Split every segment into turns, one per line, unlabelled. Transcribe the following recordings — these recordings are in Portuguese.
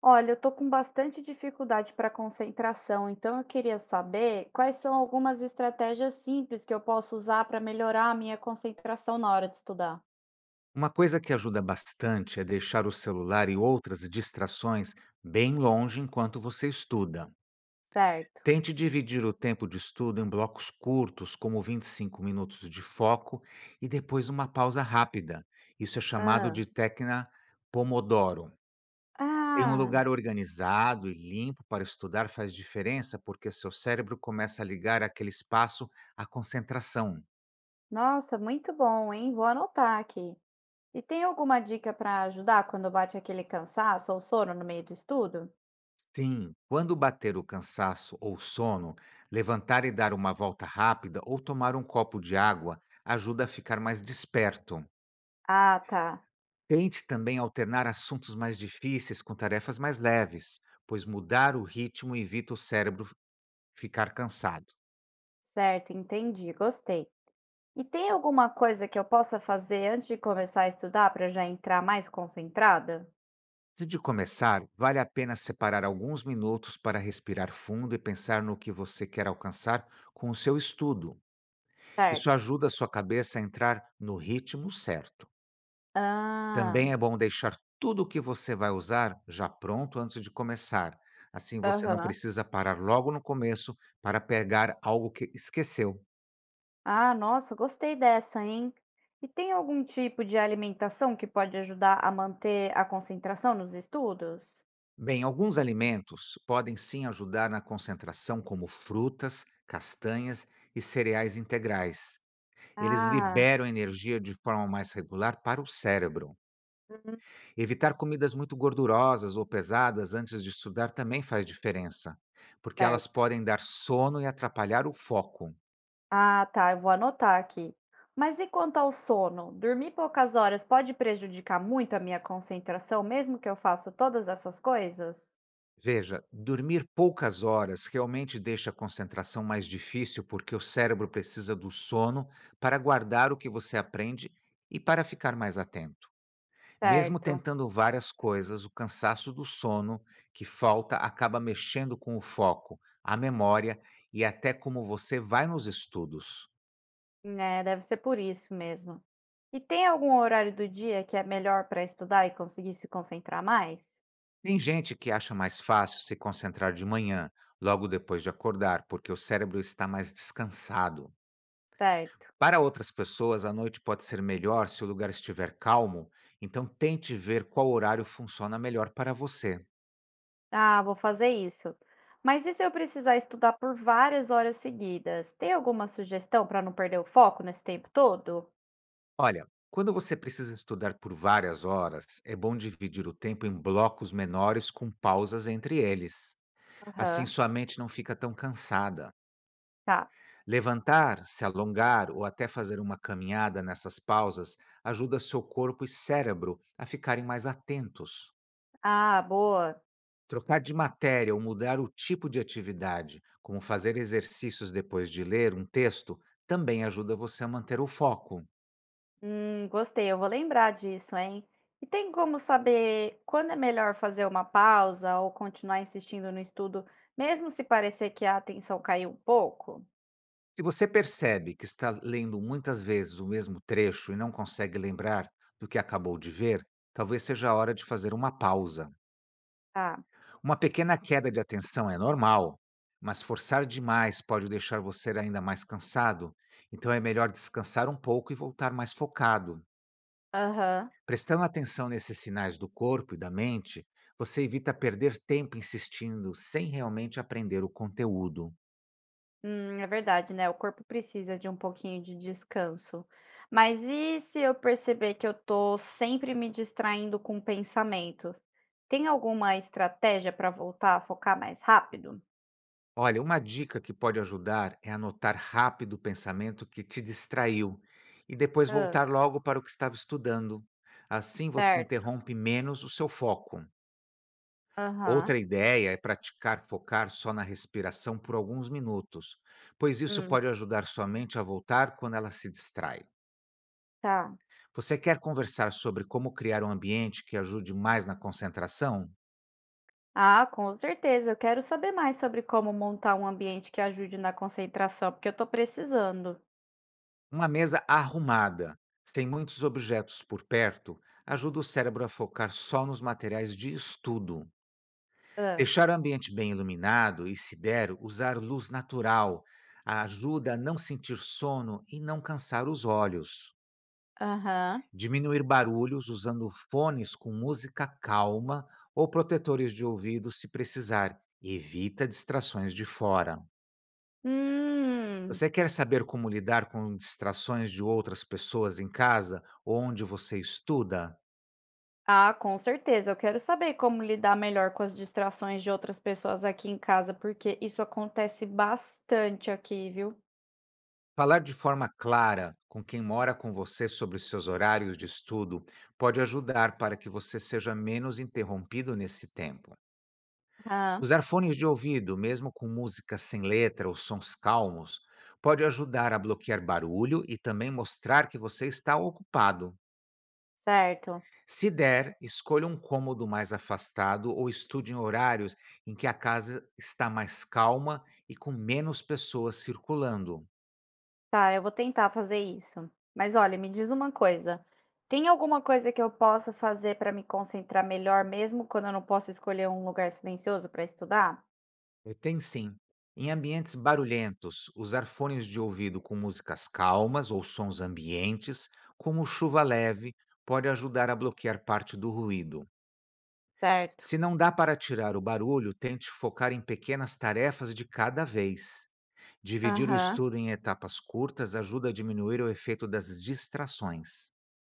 Olha, eu tô com bastante dificuldade para concentração, então eu queria saber quais são algumas estratégias simples que eu posso usar para melhorar a minha concentração na hora de estudar.
Uma coisa que ajuda bastante é deixar o celular e outras distrações bem longe enquanto você estuda.
Certo.
Tente dividir o tempo de estudo em blocos curtos, como 25 minutos de foco e depois uma pausa rápida. Isso é chamado
Ah.
de técnica Pomodoro. Ter um
Ah,
lugar organizado e limpo para estudar faz diferença porque seu cérebro começa a ligar aquele espaço à concentração.
nossa, muito bom, hein? Vou anotar aqui. E tem alguma dica para ajudar quando bate aquele cansaço ou sono no meio do estudo?
Sim, quando bater o cansaço ou sono, levantar e dar uma volta rápida ou tomar um copo de água ajuda a ficar mais desperto.
Ah, tá.
Tente também alternar assuntos mais difíceis com tarefas mais leves, pois mudar o ritmo evita o cérebro ficar cansado.
Certo, entendi, gostei. E tem alguma coisa que eu possa fazer antes de começar a estudar para já entrar mais concentrada?
Antes de começar, vale a pena separar alguns minutos para respirar fundo e pensar no que você quer alcançar com o seu estudo. Isso
Certo.
ajuda a sua cabeça a entrar no ritmo certo.
Ah.
Também é bom deixar tudo o que você vai usar já pronto antes de começar. Assim você não
Aham.
precisa parar logo no começo para pegar algo que esqueceu.
Ah, nossa, gostei dessa, hein. E tem algum tipo de alimentação que pode ajudar a manter a concentração nos estudos?
Bem, alguns alimentos podem sim ajudar na concentração, como frutas, castanhas e cereais integrais. Eles
Ah.
liberam energia de forma mais regular para o cérebro.
Uhum.
Evitar comidas muito gordurosas ou pesadas antes de estudar também faz diferença, porque elas
Certo.
podem dar sono e atrapalhar o foco.
Ah, tá, eu vou anotar aqui. Mas e quanto ao sono? Dormir poucas horas pode prejudicar muito a minha concentração, mesmo que eu faça todas essas coisas?
Veja, dormir poucas horas realmente deixa a concentração mais difícil porque o cérebro precisa do sono para guardar o que você aprende e para ficar mais atento. Mesmo
Certo.
tentando várias coisas, o cansaço do sono que falta acaba mexendo com o foco, a memória e até como você vai nos estudos.
Né? Deve ser por isso mesmo. E tem algum horário do dia que é melhor para estudar e conseguir se concentrar mais?
Tem gente que acha mais fácil se concentrar de manhã, logo depois de acordar, porque o cérebro está mais descansado.
Certo.
Para outras pessoas, a noite pode ser melhor se o lugar estiver calmo, então tente ver qual horário funciona melhor para você.
Ah, vou fazer isso. Mas e se eu precisar estudar por várias horas seguidas? Tem alguma sugestão para não perder o foco nesse tempo todo?
Olha, quando você precisa estudar por várias horas, é bom dividir o tempo em blocos menores com pausas entre eles. Assim,
Aham.
sua mente não fica tão cansada.
Tá.
Levantar, se alongar ou até fazer uma caminhada nessas pausas ajuda seu corpo e cérebro a ficarem mais atentos.
Ah, boa.
Trocar de matéria ou mudar o tipo de atividade, como fazer exercícios depois de ler um texto, também ajuda você a manter o foco.
Gostei, eu vou lembrar disso, hein? E tem como saber quando é melhor fazer uma pausa ou continuar insistindo no estudo, mesmo se parecer que a atenção caiu um pouco?
Se você percebe que está lendo muitas vezes o mesmo trecho e não consegue lembrar do que acabou de ver, talvez seja a hora de fazer uma pausa.
Tá.
Uma pequena queda de atenção é normal, mas forçar demais pode deixar você ainda mais cansado, então é melhor descansar um pouco e voltar mais focado.
Aham.
Prestando atenção nesses sinais do corpo e da mente, você evita perder tempo insistindo sem realmente aprender o conteúdo.
É verdade, né, o corpo precisa de um pouquinho de descanso. Mas e se eu perceber que eu tô sempre me distraindo com pensamentos? Tem alguma estratégia para voltar a focar mais rápido?
Olha, uma dica que pode ajudar é anotar rápido o pensamento que te distraiu e depois
Hã.
voltar logo para o que estava estudando. Assim você
Certo.
interrompe menos o seu foco.
Aham.
Outra ideia é praticar focar só na respiração por alguns minutos, pois isso
Hum.
pode ajudar sua mente a voltar quando ela se distrai.
Tá.
Você quer conversar sobre como criar um ambiente que ajude mais na concentração?
Ah, com certeza, eu quero saber mais sobre como montar um ambiente que ajude na concentração, porque eu tô precisando.
Uma mesa arrumada, sem muitos objetos por perto, ajuda o cérebro a focar só nos materiais de estudo.
Ah.
Deixar o ambiente bem iluminado e, se der, usar luz natural ajuda a não sentir sono e não cansar os olhos.
Aham.
Diminuir barulhos usando fones com música calma ou protetores de ouvido se precisar. Evita distrações de fora.
Hum.
Você quer saber como lidar com distrações de outras pessoas em casa ou onde você estuda?
Ah, com certeza. Eu quero saber como lidar melhor com as distrações de outras pessoas aqui em casa, porque isso acontece bastante aqui, viu?
Falar de forma clara com quem mora com você sobre os seus horários de estudo pode ajudar para que você seja menos interrompido nesse tempo.
Ah.
Usar fones de ouvido, mesmo com música sem letra ou sons calmos, pode ajudar a bloquear barulho e também mostrar que você está ocupado.
Certo.
Se der, escolha um cômodo mais afastado ou estude em horários em que a casa está mais calma e com menos pessoas circulando.
Tá, eu vou tentar fazer isso. Mas olha, me diz uma coisa. Tem alguma coisa que eu possa fazer para me concentrar melhor, mesmo quando eu não posso escolher um lugar silencioso para estudar?
Eu tem sim. Em ambientes barulhentos, usar fones de ouvido com músicas calmas ou sons ambientes, como chuva leve, pode ajudar a bloquear parte do ruído.
Certo.
Se não dá para tirar o barulho, tente focar em pequenas tarefas de cada vez. Dividir o
Aham.
estudo em etapas curtas ajuda a diminuir o efeito das distrações.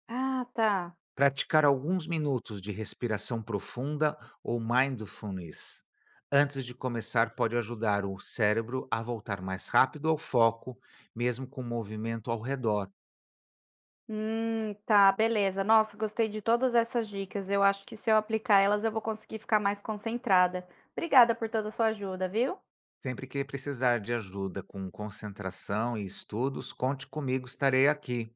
Ah, tá.
Praticar alguns minutos de respiração profunda ou mindfulness antes de começar pode ajudar o cérebro a voltar mais rápido ao foco, mesmo com movimento ao redor.
Tá, beleza. Nossa, gostei de todas essas dicas. Eu acho que se eu aplicar elas, eu vou conseguir ficar mais concentrada. Obrigada por toda a sua ajuda, viu?
Sempre que precisar de ajuda com concentração e estudos, conte comigo, estarei aqui.